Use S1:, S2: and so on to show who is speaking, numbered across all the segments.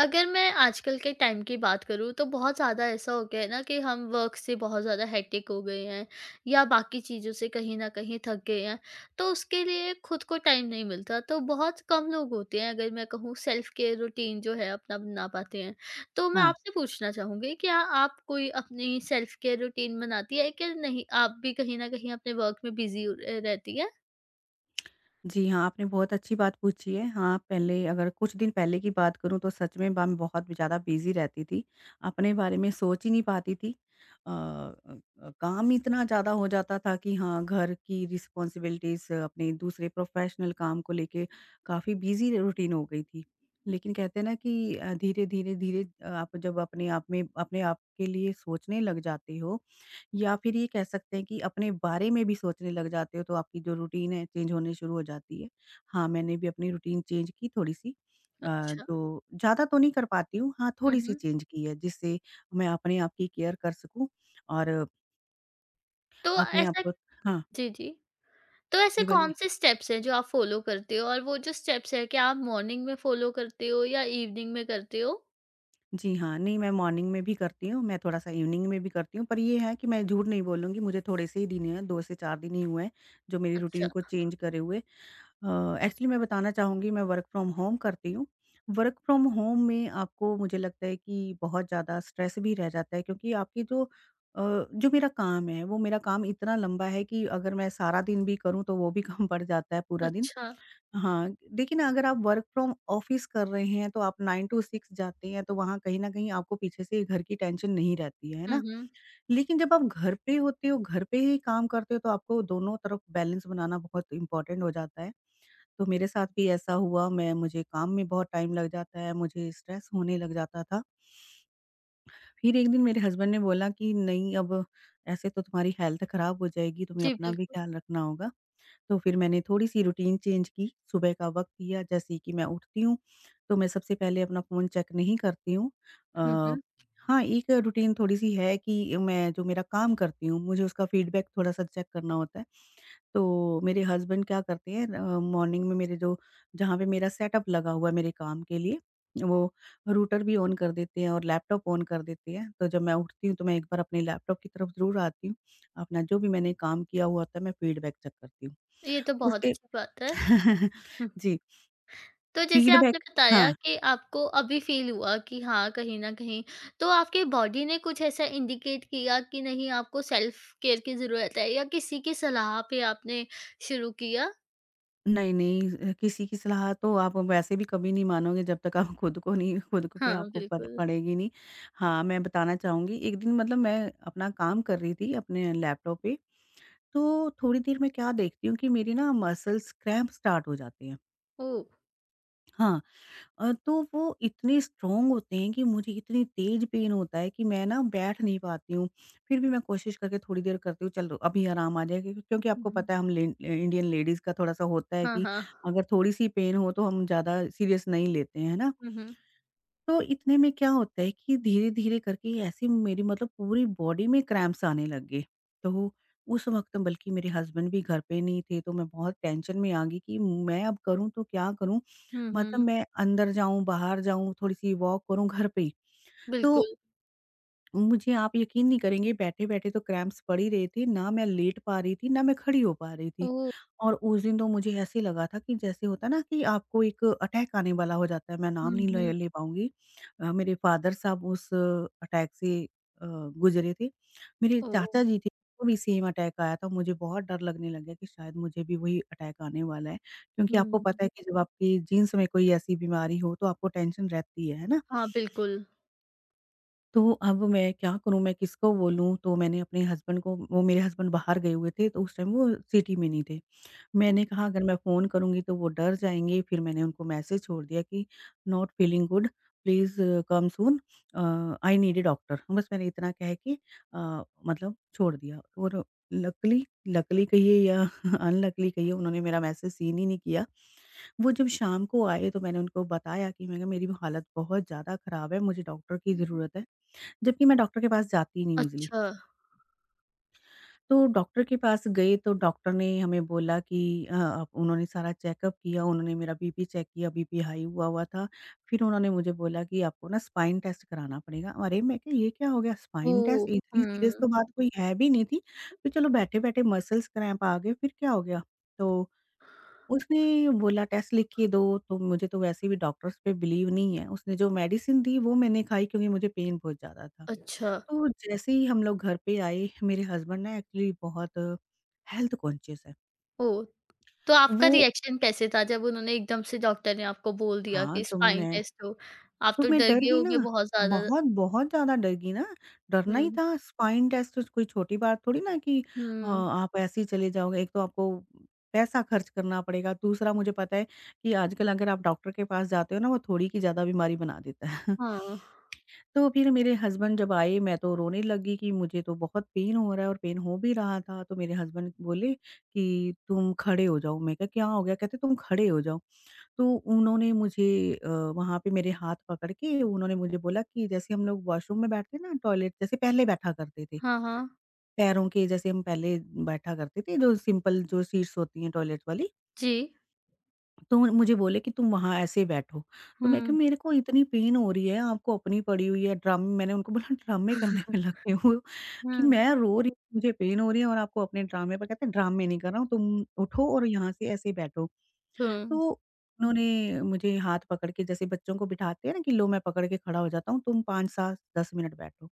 S1: अगर मैं आजकल के टाइम की बात करूँ तो बहुत ज़्यादा ऐसा हो गया है ना कि हम वर्क से बहुत ज़्यादा हेक्टिक हो गए हैं या बाकी चीज़ों से कहीं ना कहीं थक गए हैं। तो उसके लिए खुद को टाइम नहीं मिलता। तो बहुत कम लोग होते हैं अगर मैं कहूँ सेल्फ केयर रूटीन जो है अपना बना पाते हैं। तो मैं
S2: हाँ।
S1: आपसे पूछना चाहूँगी क्या आप कोई अपनी सेल्फ केयर रूटीन बनाती है कि नहीं, आप भी कहीं ना कहीं अपने वर्क में बिजी रहती है।
S2: जी हाँ, आपने बहुत अच्छी बात पूछी है। हाँ, पहले अगर कुछ दिन पहले की बात करूँ तो सच में ब मैं बहुत ज़्यादा बिज़ी रहती थी। अपने बारे में सोच ही नहीं पाती थी। अ अ काम इतना ज़्यादा हो जाता था कि हाँ, घर की रिस्पॉन्सिबिलिटीज़ अपने दूसरे प्रोफ़ेशनल काम को लेके काफ़ी बिज़ी रूटीन हो गई थी। लेकिन कहते हैं ना कि धीरे, धीरे, धीरे आप जब अपने आप में अपने आप के लिए सोचने लग जाते हो या फिर ये कह सकते हैं कि अपने बारे में भी सोचने लग जाते हो तो आपकी जो रूटीन है चेंज होने शुरू हो जाती है। हाँ, मैंने भी अपनी रूटीन चेंज की थोड़ी-सी। अ,
S1: अच्छा।
S2: जो ज़्यादा तो नहीं कर पाती हूँ, हाँ, थोड़ी-सी
S1: हम्म।
S2: चेंज की है जिससे मैं अपने आप की केयर कर सकूँ और
S1: तो
S2: अपने आप
S1: ऐसा।
S2: को। हाँ,
S1: जी जी। तो ऐसे
S2: जी बोलिए।
S1: कौन से स्टेप्स हैं जो आप फॉलो करते हो और वो जो स्टेप्स है क्या आप मॉर्निंग में फॉलो करते हो या इवनिंग में करते हो?
S2: जी हाँ, नहीं मैं मॉर्निंग में भी करती हूँ, मैं थोड़ा-सा इवनिंग में भी करती हूँ पर ये है कि मैं झूठ नहीं बोलूँगी, मुझे थोड़े से ही दिन हैं, 2 से 4 दिन ही हुए हैं, जो मेरी
S1: अच्छा।
S2: रूटीन को चेंज करे हुए। एक्चुअली मैं बताना चाहूँगी, मैं वर्क फ्रॉम होम करती हूँ। वर्क फ्रॉम होम में आपको, मुझे लगता है कि बहुत ज़्यादा स्ट्रेस भी रह जाता है क्योंकि अ, जो मेरा काम है वो मेरा काम इतना लंबा है कि अगर मैं सारा दिन भी करूँ तो वो भी काम पड़ जाता है पूरा दिन।
S1: अच्छा।
S2: हाँ, लेकिन अगर आप वर्क फ्रॉम ऑफिस कर रहे हैं तो आप 9 टू 6 जाते हैं तो वहाँ कहीं न कहीं आपको पीछे से घर की टेंशन नहीं रहती है
S1: हुँ,
S2: ना?
S1: हुँ।
S2: लेकिन जब आप घर पे होते हो, घर पे ही काम करते हो तो आपको दोनों तरफ बैलेंस बनाना बहुत इम्पोर्टेंट हो जाता है। तो मेरे साथ भी ऐसा हुआ, मैं मुझे काम में बहुत टाइम लग जाता है, मुझे स्ट्रेस होने लग जाता था। फिर एक दिन मेरे हस्बैंड ने बोला कि नहीं, अब ऐसे तो तुम्हारी हेल्थ खराब हो जाएगी, तुम्हें
S1: जी,
S2: अपना भी
S1: बिल्कुल।
S2: ख्याल रखना होगा। तो फिर मैंने थोड़ी-सी रूटीन चेंज की, सुबह का वक़्त दिया। जैसे ही कि मैं उठती हूँ, तो मैं सबसे पहले अपना फ़ोन चेक नहीं करती हूँ। अ,
S1: हुँ, हुँ।
S2: हाँ, एक रूटीन थोड़ी-सी है कि मैं जो मेरा काम करती हूँ, मुझे उसका फीडबैक थोड़ा-सा चेक करना होता है। तो मेरे हस्बैंड क्या करते हैं, मॉर्निंग में मेरे जो जहाँ पे मेरा सेटअप लगा हुआ है मेरे काम के लिए, वो रूटर भी ऑन कर देते हैं और लैपटॉप ऑन कर देते हैं। तो जब मैं उठती हूँ तो मैं एक बार अपने लैपटॉप की तरफ ज़रूर आती हूँ। अपना जो भी मैंने काम किया हुआ होता है, मैं फीडबैक चेक करती हूँ।
S1: ये तो बहुत
S2: उसके
S1: अच्छी बात है। हुँ।
S2: जी,
S1: तो जैसे आपने
S2: फीडबैक।
S1: बताया
S2: हाँ।
S1: कि आपको अभी फ़ील हुआ कि हाँ, कहीं न कहीं तो आपकी बॉडी ने कुछ ऐसा इंडिकेट किया कि नहीं आपको सेल्फ केयर की ज़रूरत है, या किसी की सलाह पे आपने शुरू किया?
S2: नहीं, नहीं, किसी की सलाह तो आप वैसे भी कभी नहीं मानोगे जब तक आप खुद को नहीं, खुद को भी
S1: हाँ,
S2: आपको पड़
S1: बिल्कुल।
S2: पड़ेगी नहीं। हाँ, मैं बताना चाहूँगी, एक दिन मतलब मैं अपना काम कर रही थी अपने लैपटॉप पे, तो थोड़ी देर में क्या देखती हूँ कि मेरी ना मसल्स क्रैम्प स्टार्ट हो जाते हैं।
S1: ओह!
S2: हाँ, तो वो इतने स्ट्रॉन्ग होते हैं कि मुझे इतनी तेज पेन होता है कि मैं ना, बैठ नहीं पाती हूँ। फिर भी मैं कोशिश करके थोड़ी देर करती हूँ, चलो अभी आराम आ जाएगा, क्यों क्योंकि
S1: हुँ,
S2: आपको
S1: हुँ।
S2: पता है हम ले इंडियन लेडीज़ का थोड़ा-सा होता है
S1: हाँ,
S2: कि
S1: हाँ।
S2: अगर थोड़ी-सी पेन हो तो हम ज़्यादा सीरियस नहीं लेते हैं, है ना?
S1: हुँ, हुँ।
S2: तो इतने में क्या होता है कि धीरे-धीरे करके ऐसे मेरी मतलब पूरी बॉडी में क्रैम्प्स आने लग गए। तो उस वक़्त बल्कि मेरे हस्बैंड भी घर पे नहीं थे, तो मैं बहुत टेंशन में आ गई कि मैं अब करूँ तो क्या करूँ?
S1: हुँ,
S2: मतलब
S1: हुँ।
S2: मैं अंदर जाऊँ, बाहर जाऊँ, थोड़ी-सी वॉक करूँ घर पे ही। तो
S1: बिल्कुल।
S2: मुझे, आप यकीन नहीं करेंगे, बैठे-बैठे तो क्रैम्प्स पड़ ही रहे थे, ना मैं लेट पा रही थी, ना मैं खड़ी हो पा रही थी।
S1: ओह!
S2: और उस दिन तो मुझे ऐसे लगा था कि जैसे होता है ना कि आपको एक अटैक आने वाला हो जाता है, मैं नाम
S1: हुँ,
S2: नहीं ले
S1: हुँ।
S2: ले पाऊँगी। मेरे फादर साहब उस अटैक से गुज़रे थे। मेरे
S1: ओह!
S2: चाचा जी थे, उनको भी सेम अटैक आया था, मुझे बहुत डर लगने लग गया कि शायद मुझे भी वही अटैक आने वाला है। क्योंकि आपको
S1: हुँ।
S2: पता है कि जब आपकी जीन्स में कोई ऐसी बीमारी हो तो आपको टेंशन रहती है ना?
S1: हाँ, बिल्कुल।
S2: तो अब मैं क्या करूँ, मैं किसको बोलूँ? तो मैंने अपने हस्बैंड को, वो मेरे हस्बैंड बाहर गए हुए थे, तो उस टाइम वो सिटी में नहीं थे।
S1: हुँ।
S2: मैंने कहा अगर मैं फ़ोन करूँगी तो वो डर जाएँगे, फिर मैंने उनको मैसेज छोड़ दिया कि not feeling good, please come soon, I need a doctor. बस मैंने इतना कह के मतलब छोड़ दिया और लकीली लकीली कहिए या अनलकीली कहिए, उन्होंने मेरा मैसेज सीन ही नहीं किया। वो जब शाम को आए तो मैंने उनको बताया कि मैं मेरी हालत बहुत ज़्यादा ख़राब है, मुझे डॉक्टर की ज़रूरत है। जबकि मैं डॉक्टर के पास जाती ही नहीं हूँ ईज़िली।
S1: अच्छा।
S2: तो डॉक्टर के पास गए तो डॉक्टर ने हमें बोला कि अ, आप उन्होंने सारा चेकअप किया, उन्होंने मेरा बीपी चेक किया, बीपी हाई हुआ हुआ था। फिर उन्होंने मुझे बोला कि आपको ना स्पाइन टेस्ट कराना पड़ेगा। अरे! मैं कहा ये क्या हो गया स्पाइन टेस्ट?
S1: ओह!
S2: इतनी सीरियस
S1: हुँ।
S2: तो बात कोई है भी नहीं थी। फिर चलो बैठे-बैठे मसल्स क्रैम्प आ गए, फिर क्या हो गया? तो उसने बोला टेस्ट लिख के दो, तो मुझे तो वैसे भी डॉक्टर्स पे बिलीव नहीं है। उसने जो मेडिसिन दी वो मैंने खाई क्योंकि मुझे पेन बहुत ज़्यादा था।
S1: अच्छा।
S2: तो जैसे ही हम लोग घर पे आए, मेरे हस्बैंड ना एक्चुअली बहुत हेल्थ कॉन्शियस है।
S1: ओह! तो आपका
S2: वो
S1: रिएक्शन कैसे था जब उन्होंने एकदम से डॉक्टर ने आपको बोल दिया
S2: हाँ,
S1: कि
S2: तो
S1: स्पाइन
S2: मैं
S1: टेस्ट हो? आप
S2: तो
S1: तो
S2: मैं
S1: डर
S2: डर
S1: गए
S2: गई
S1: होंगे
S2: ना,
S1: बहुत ज़्यादा।
S2: बहुत, बहुत ज़्यादा डर गई ना। डरना ही
S1: हुँ,
S2: था, स्पाइन टेस्ट तो कोई छोटी बात थोड़ी ना कि
S1: हुँ,
S2: आप ऐसे ही चले जाओगे। एक तो आपको पैसा खर्च करना पड़ेगा, दूसरा मुझे पता है कि आजकल अगर आप डॉक्टर के पास जाते हो ना, वो थोड़ी की ज़्यादा बीमारी बना देता है।
S1: हाँ,
S2: तो फिर मेरे हस्बैंड जब आए, मैं तो रोने लगी कि मुझे तो बहुत पेन हो रहा है और पेन हो भी रहा था। तो मेरे हस्बैंड बोले कि तुम खड़े हो जाओ। मैं कहा क्या हो गया? कहते, तुम खड़े हो जाओ। तो उन्होंने मुझे अ, वहाँ पे मेरे हाथ पकड़ के उन्होंने मुझे बोला कि जैसे हम लोग वॉशरूम में बैठते हैं ना, टॉयलेट जैसे पहले बैठा करते थे।
S1: हाँ, हाँ।
S2: पैरों के जैसे हम पहले बैठा करते थे, जो सिंपल जो सीट्स होती हैं टॉयलेट वाली।
S1: जी।
S2: तो मुझे बोले कि तुम वहाँ ऐसे बैठो। तो मैं कहा
S1: हुँ,
S2: मेरे को इतनी पेन हो रही है, आपको अपनी पड़ी हुई है, ड्रामे, मैंने उनको बोला, ड्रामे करने में लगे हो कि
S1: हुँ,
S2: मैं रो रही हूँ, मुझे पेन हो रही है और आपको अपने ड्रामे पर। कहते हैं ड्रामे नहीं कर रहा हूँ, तुम उठो और यहाँ से ऐसे बैठो।
S1: हुँ,
S2: तो उन्होंने मुझे हाथ पकड़ के, जैसे बच्चों को बिठाते हैं ना कि लो मैं पकड़ के खड़ा हो जाता हूँ, तुम 5-7-10 मिनट बैठो।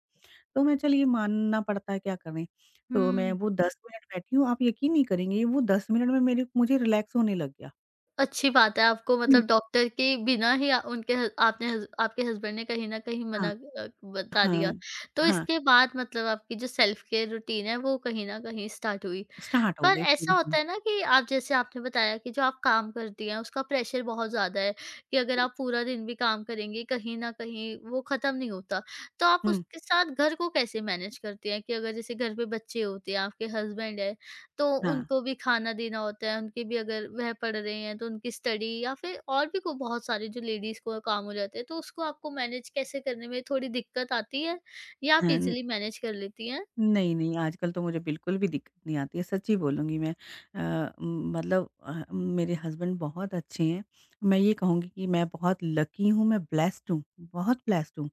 S2: तो मैं, चलिए मानना पड़ता है, क्या करें। तो मैं
S1: हुँ।
S2: वो 10 मिनट बैठी हूँ, आप यकीन नहीं करेंगे, वो 10 मिनट में मेरे मुझे रिलैक्स होने लग गया।
S1: अच्छी बात है, आपको
S2: हुँ।
S1: मतलब डॉक्टर के बिना ही उनके ह आपने हस आपके हस्बैंड ने कहीं न कहीं
S2: हाँ।
S1: बता दिया।
S2: हाँ,
S1: तो
S2: हाँ,
S1: इसके बाद मतलब आपकी जो सेल्फ केयर रूटीन है, वो कहीं न कहीं स्टार्ट हुई।
S2: स्टार्ट हो
S1: पर
S2: गई।
S1: ऐसा
S2: हुँ,
S1: होता
S2: हुँ,
S1: है ना कि आप जैसे आपने बताया कि जो आप काम करती हैं उसका प्रेशर बहुत ज़्यादा है कि अगर
S2: हुँ,
S1: आप पूरा दिन भी काम करेंगी कहीं न कहीं वो ख़त्म नहीं होता। तो आप
S2: हुँ,
S1: उसके साथ घर को कैसे मैनेज करती हैं कि अगर जैसे घर पे बच्चे होते हैं, आपके हस्बैंड है, तो
S2: हाँ।
S1: उनको भी खाना देना होता है, उनके भी अगर वह पढ़ रहे हैं तो उनकी स्टडी या फिर और भी को बहुत सारे जो लेडीज़ को काम हो जाते हैं, तो उसको आपको मैनेज कैसे करने में थोड़ी दिक्कत आती है या
S2: अ,
S1: आप ईज़िली मैनेज कर लेती हैं?
S2: नहीं, नहीं आजकल तो मुझे बिल्कुल भी दिक्कत नहीं आती है, सच्ची बोलूँगी मैं। मतलब मेरे हस्बैंड बहुत अच्छे हैं। मैं ये कहूँगी कि मैं बहुत लकी हूँ, मैं ब्लेस्ड हूँ, बहुत ब्लेस्ड हूँ।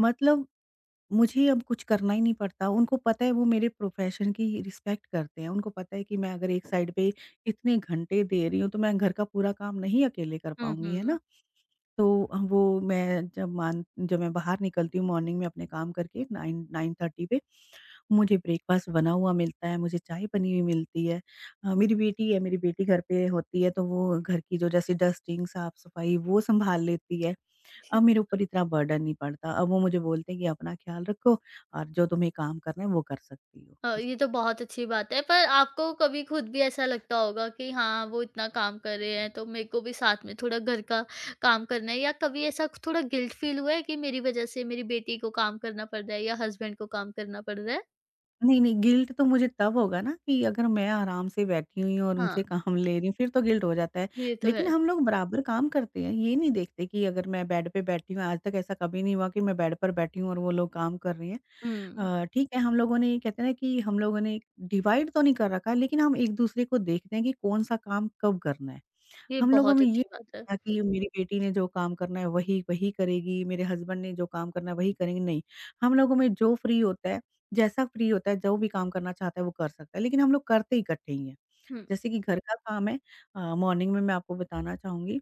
S2: मतलब मुझे अब कुछ करना ही नहीं पड़ता। उनको पता है, वो मेरे प्रोफ़ेशन की रिस्पेक्ट करते हैं। उनको पता है कि मैं अगर एक साइड पे इतने घंटे दे रही हूँ, तो मैं घर का पूरा काम नहीं अकेले कर
S1: हुँ,
S2: पाऊँगी, है
S1: हुँ।
S2: ना? तो वो मैं जब मान जब मैं बाहर निकलती हूँ मॉर्निंग में अपने काम करके 9 9:30 पे, मुझे ब्रेकफ़ास्ट बना हुआ मिलता है, मुझे चाय बनी हुई मिलती है। मेरी बेटी है, मेरी बेटी घर पे होती है, तो वो घर की जो जैसे डस्टिंग, साफ़-सफ़ाई वो सँभाल लेती है। अब मेरे ऊपर इतना बर्डन नहीं पड़ता। अब वो मुझे बोलते हैं कि अपना ख़्याल रखो और जो तुम्हें काम करना है वो कर सकती हो। जी।
S1: ये तो बहुत अच्छी बात है, पर आपको कभी खुद भी ऐसा लगता होगा कि हाँ वो इतना काम कर रहे हैं तो मेरे को भी साथ में थोड़ा घर का काम करना है, या कभी ऐसा थोड़ा गिल्ट फील हुआ है कि मेरी वजह से मेरी बेटी को काम करना पड़ रहा है या हस्बैंड को काम करना पड़ रहा है?
S2: नहीं, नहीं गिल्ट तो मुझे तब होगा ना कि अगर मैं आराम से बैठी हुई हूँ और
S1: हाँ।
S2: उनसे काम ले रही हूँ फिर तो गिल्ट हो जाता है।
S1: ये तो
S2: लेकिन
S1: है।
S2: हम लोग बराबर काम करते हैं। ये नहीं देखते कि अगर मैं बेड पे बैठी हूँ आज तक ऐसा कभी नहीं हुआ कि मैं बेड पर बैठी हूँ और वो लोग काम कर रही
S1: हम्म।
S2: हैं। ठीक है हम लोगों ने ये कहते हैं ना कि हम लोगों ने डिवाइड तो नहीं कर रखा है लेकिन हम एक-दूसरे को देखते हैं कि कौन-सा काम कब करना है।
S1: ये
S2: हम लोगों
S1: बहुत
S2: में ये
S1: अच्छी बात है।
S2: था कि मेरी बेटी ने जो काम करना है वही वही करेगी, मेरे हस्बैंड ने जो काम करना है वही करेंगे, नहीं। हम लोगों में जो फ्री होता है, जैसा फ्री होता है, जो भी काम करना चाहता है वो कर सकता है, लेकिन हम लोग करते इकट्ठे ही हैं।
S1: हम्म।
S2: जैसे कि घर का काम है। मॉर्निंग में मैं आपको बताना चाहूँगी,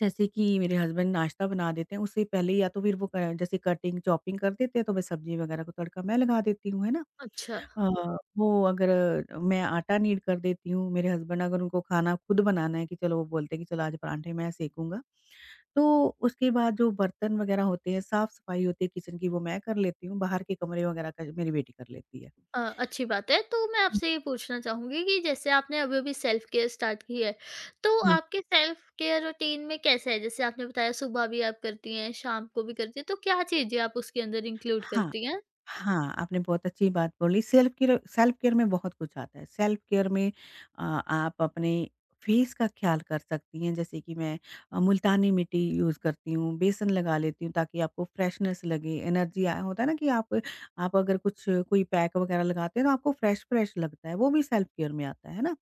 S2: जैसे कि मेरे हस्बैंड नाश्ता बना देते हैं, उससे पहले या तो फिर वो क जैसे कटिंग, चॉपिंग कर देते हैं, तो मैं सब्ज़ी वगैरह को तड़का मैं लगा देती हूँ, है ना?
S1: अच्छा।
S2: अ, वो अगर अ, मैं आटा नीड कर देती हूँ, मेरे हस्बैंड अगर उनको खाना खुद बनाना है कि चलो वो बोलते हैं कि चलो आज पराठे मैं सेकूँगा। तो उसके बाद जो बर्तन वग़ैरह होते हैं, साफ-सफाई होती है किचन की वो मैं कर लेती हूँ, बाहर के कमरे वग़ैरह का मेरी बेटी कर लेती है।
S1: अच्छी बात है। तो मैं
S2: हुँ।
S1: आपसे ये पूछना चाहूँगी कि जैसे आपने अभी-अभी सेल्फ केयर स्टार्ट की है, तो
S2: हुँ,
S1: आपके सेल्फ केयर रूटीन में कैसा है? जैसे आपने बताया सुबह भी आप करती हैं, शाम को भी करती हैं, तो क्या चीज़ें आप उसके अंदर इंक्लूड
S2: हाँ,
S1: करती हैं?
S2: हाँ, आपने बहुत अच्छी बात बोली। सेल्फ केयर में बहुत कुछ आता है। सेल्फ केयर में आप अपने फेस का ख़्याल कर सकती हैं, जैसे कि मैं मुल्तानी मिट्टी यूज़ करती हूँ, बेसन लगा लेती हूँ ताकि आपको फ्रेशनेस लगे, एनर्जी आए होता है ना कि आप अगर कुछ कोई पैक वग़ैरह लगाते हैं तो आपको फ्रेश-फ्रेश लगता है, वो भी सेल्फ केयर में आता है ना?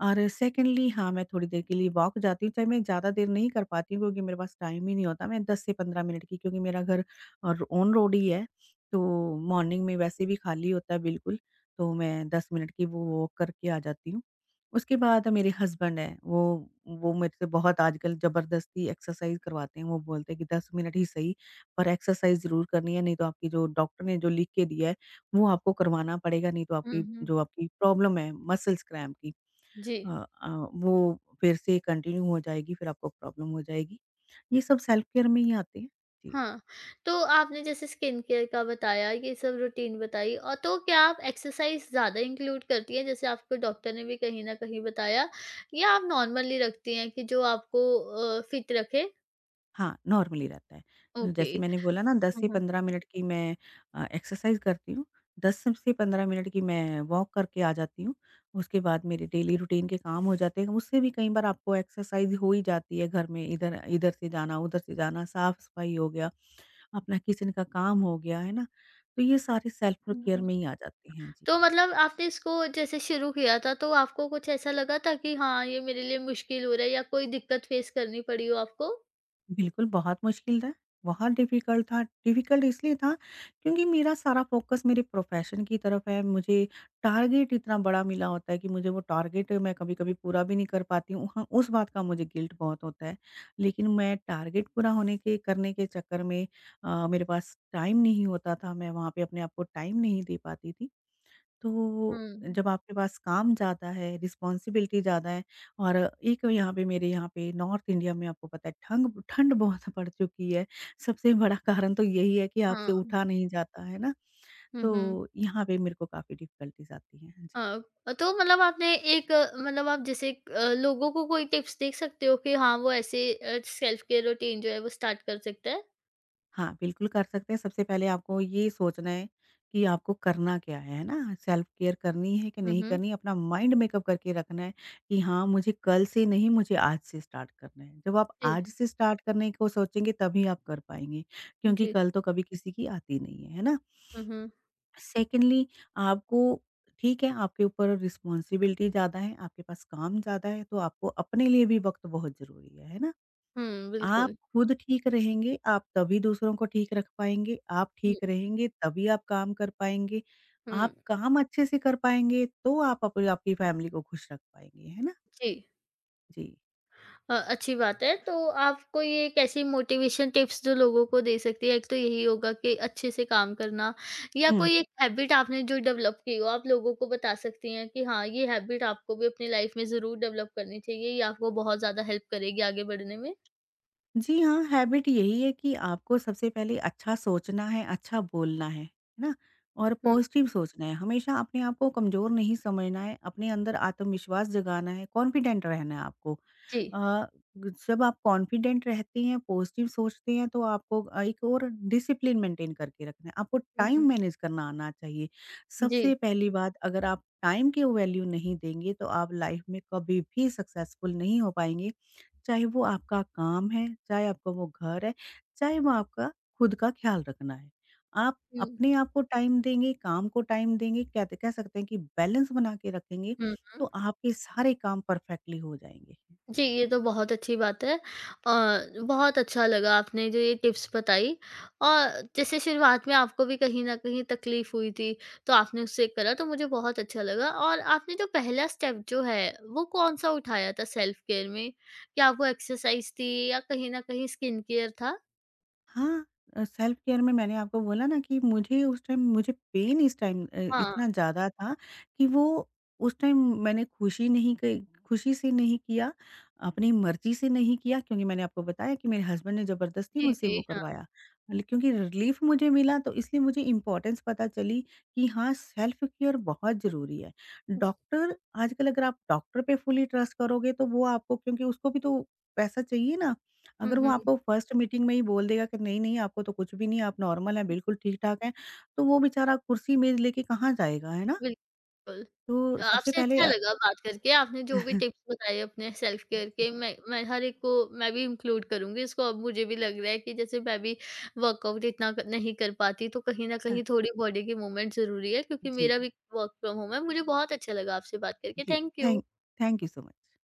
S2: और सेकंडली हाँ, मैं थोड़ी देर के लिए वॉक जाती हूँ, चाहे मैं ज़्यादा देर नहीं कर पाती हूँ क्योंकि मेरे पास टाइम ही नहीं होता। मैं 10 से 15 मिनट की क्योंकि मेरा घर और ऑन रोड ही है, तो मॉर्निंग में वैसे भी खाली होता है बिल्कुल, तो मैं 10 मिनट की वो वॉक करके आ जाती हूँ। उसके बाद मेरे हस्बैंड हैं, वो मेरे से बहुत आजकल ज़बरदस्ती एक्सरसाइज़ करवाते हैं। वो बोलते हैं कि 10 मिनट ही सही, पर एक्सरसाइज़ ज़रूर करनी है, नहीं तो आपकी जो डॉक्टर ने जो लिख के दिया है, वो आपको करवाना पड़ेगा, नहीं तो
S1: हुँ,
S2: आपकी
S1: हुँ।
S2: जो आपकी प्रॉब्लम है मसल्स क्रैम्प की,
S1: जी।
S2: अ अ, वो फिर से कंटिन्यू हो जाएगी, फिर आपको प्रॉब्लम हो जाएगी। ये सब सेल्फ केयर में ही आते हैं। जी,
S1: हाँ, तो आपने जैसे स्किन केयर का बताया, ये सब रूटीन बताई और तो क्या आप एक्सरसाइज़ ज़्यादा इंक्लूड करती हैं? जैसे आपको डॉक्टर ने भी कहीं न कहीं बताया, या आप नॉर्मली रखती हैं कि जो आपको फिट रखे?
S2: हाँ, नॉर्मली रहता है।
S1: ओके।
S2: जैसे मैंने बोला ना 10 से
S1: हुँ,
S2: 15 मिनट की मैं एक्सरसाइज़ करती हूँ, 10 से 15 मिनट की मैं वॉक करके आ जाती हूँ। उसके बाद मेरे डेली रूटीन के काम हो जाते हैं। उससे भी कई बार आपको एक्सरसाइज़ हो ही जाती है घर में, इधर इधर से जाना, उधर से जाना, साफ-सफाई हो गया, अपना किचन का काम हो गया, है ना? तो ये सारे सेल्फ केयर
S1: हुँ।
S2: में ही आ जाते हैं। जी।
S1: तो मतलब आपने इसको जैसे शुरू किया था तो आपको कुछ ऐसा लगा था कि हाँ ये मेरे लिए मुश्किल हो रहा है, या कोई दिक्कत फेस करनी पड़ी हो आपको?
S2: बिल्कुल, बहुत मुश्किल था, बहुत डिफ़िकल्ट था। डिफ़िकल्ट इसलिए था क्योंकि मेरा सारा फ़ोकस मेरे प्रोफ़ेशन की तरफ है। मुझे टारगेट इतना बड़ा मिला होता है कि मुझे वो टारगेट मैं कभी-कभी पूरा भी नहीं कर पाती हूँ। हाँ, उस बात का मुझे गिल्ट बहुत होता है। लेकिन मैं टारगेट पूरा होने के करने के चक्कर में मेरे पास टाइम नहीं होता था, मैं वहाँ पे अपने आप को टाइम नहीं दे पाती थी। तो
S1: हुँ।
S2: जब आपके पास काम ज़्यादा है, रिस्पॉन्सिबिलिटी ज़्यादा है और एक यहाँ पे मेरे यहाँ पे नॉर्थ इंडिया में आपको पता है ठंग ठंड बहुत पड़ चुकी है। सबसे बड़ा कारण तो यही है कि आपसे
S1: हाँ।
S2: उठा नहीं जाता है ना,
S1: हुँ, हुँ।
S2: तो यहाँ पे मेरे को काफ़ी डिफ़िकल्टीज़ आती हैं। जी।
S1: हाँ, तो मतलब आपने एक मतलब आप जैसे लोगों को कोई टिप्स दे सकते हो कि हाँ वो ऐसे सेल्फ केयर रूटीन जो है वो स्टार्ट कर सकता है?
S2: हाँ, बिल्कुल कर सकते हैं। सबसे पहले आपको ये सोचना है कि आपको करना क्या है ना? सेल्फ केयर करनी है कि
S1: हुँ,
S2: नहीं
S1: हुँ।
S2: करनी है? अपना माइंड मेकअप करके रखना है कि हाँ, मुझे कल से नहीं, मुझे आज से स्टार्ट करना है। जब आप
S1: जी,
S2: आज से स्टार्ट करने को सोचेंगे, तभी आप कर पाएँगे, क्योंकि
S1: जी।
S2: कल तो कभी किसी की आती नहीं है, है ना?
S1: हुँ, हुँ।
S2: सेकंडली आपको ठीक है, आपके ऊपर रिस्पॉन्सिबिलिटी ज़्यादा है, आपके पास काम ज़्यादा है, तो आपको अपने लिए भी वक़्त बहुत ज़रूरी है ना?
S1: हुँ,
S2: आप
S1: बिल्कुल।
S2: खुद ठीक रहेंगे, आप तभी दूसरों को ठीक रख पाएँगे, आप ठीक
S1: हुँ,
S2: रहेंगे तभी आप काम कर पाएँगे,
S1: हुँ।
S2: आप काम अच्छे से कर पाएँगे तो आप अप आपकी फैमिली को खुश रख पाएँगे, है ना?
S1: जी।
S2: जी।
S1: अच्छी बात है। तो आपको ये एक ऐसी मोटिवेशन टिप्स जो लोगों को दे सकती है, एक तो यही होगा कि अच्छे से काम करना या कोई एक हैबिट आपने जो डेवलप की हो, आप लोगों को बता सकती हैं कि हाँ, ये हैबिट आपको भी अपनी लाइफ में ज़रूर डेवलप करनी चाहिए, ये आपको बहुत ज़्यादा हेल्प करेगी आगे बढ़ने में?
S2: जी हाँ, हैबिट यही है कि आपको सबसे पहले अच्छा सोचना है, अच्छा बोलना है ना? और
S1: हुँ,
S2: पॉजिटिव सोचना है, हमेशा अपने आप को कमज़ोर नहीं समझना है, अपने अंदर आत्मविश्वास जगाना है, कॉन्फिडेंट रहना है आपको।
S1: जी।
S2: अ, जब आप कॉन्फिडेंट रहते हैं, पॉजिटिव सोचते हैं, तो आपको एक और डिसिप्लिन मेंटेन करके रखना है, आपको
S1: हुँ, हुँ।
S2: टाइम मैनेज करना आना चाहिए।
S1: जी।
S2: सबसे पहली बात, अगर आप टाइम की वैल्यू नहीं देंगे, तो आप लाइफ में कभी भी सक्सेसफुल नहीं हो पाएँगे। चाहे वो आपका काम है, चाहे आपका वो घर है, चाहे वो आपका खुद का ख़्याल रखना है। आप
S1: हुँ,
S2: अपने आप को टाइम देंगे, काम को टाइम देंगे, कहते कह सकते हैं कि बैलेंस बना के रखेंगे,
S1: हुँ,
S2: तो
S1: हुँ।
S2: आपके सारे काम परफ़ेक्टली हो जाएँगे।
S1: जी, ये तो बहुत अच्छी बात है। बहुत अच्छा लगा आपने जो ये टिप्स बताई, और जैसे शुरुआत में आपको भी कहीं न कहीं तकलीफ़ हुई थी, तो आपने उससे करा तो मुझे बहुत अच्छा लगा। और आपने जो पहला स्टेप जो है, वो कौन-सा उठाया था सेल्फ केयर में? क्या वो एक्सरसाइज़ थी या कहीं न कहीं स्किन केयर था?
S2: हाँ, सेल्फ केयर में मैंने आपको बोला ना कि मुझे उस टाइम मुझे पेन इस टाइम अ,
S1: हाँ।
S2: इतना ज़्यादा था कि वो उस टाइम मैंने खुशी से नहीं किया, अपनी मर्ज़ी से नहीं किया क्योंकि मैंने आपको बताया कि मेरे हस्बैंड ने ज़बरदस्ती
S1: जी,
S2: मुझसे
S1: जी,
S2: वो
S1: हाँ।
S2: करवाया। ल क्योंकि रिलीफ़ मुझे मिला तो इसलिए मुझे इम्पोर्टेंस पता चली कि हाँ, सेल्फ केयर बहुत ज़रूरी है। डॉक्टर आजकल अगर आप डॉक्टर पे फुली ट्रस्ट करोगे तो वो आपको क्योंकि उसको भी तो पैसा चाहिए ना
S1: हुँ,
S2: अगर वो
S1: हुँ।
S2: आपको फर्स्ट मीटिंग में ही बोल देगा कि नहीं-नहीं आपको तो कुछ भी नहीं है, आप नॉर्मल हैं, बिल्कुल ठीक-ठाक हैं, तो वो बेचारा कुर्सी मेज़ लेके कहाँ जाएगा, है ना?
S1: बिल्कुल।
S2: तो सबसे
S1: आपसे
S2: पहले
S1: अच्छा लगा बात करके। आपने जो भी टिप्स बताए अपने सेल्फ केयर
S2: जी,
S1: के, मैं हर एक को मैं भी इंक्लूड करूँगी इसको। अब मुझे भी लग रहा है कि जैसे मैं भी वर्कआउट इतना क नहीं कर पाती, तो कहीं न
S2: हाँ,
S1: कहीं थोड़ी बॉडी की मूवमेंट ज़रूरी है क्योंकि
S2: जी,
S1: मेरा भी वर्क फ्रॉम होम है। मुझे बहुत अच्छा लगा आपसे बात करके।
S2: जी,
S1: thank you.
S2: Thank thank you so much.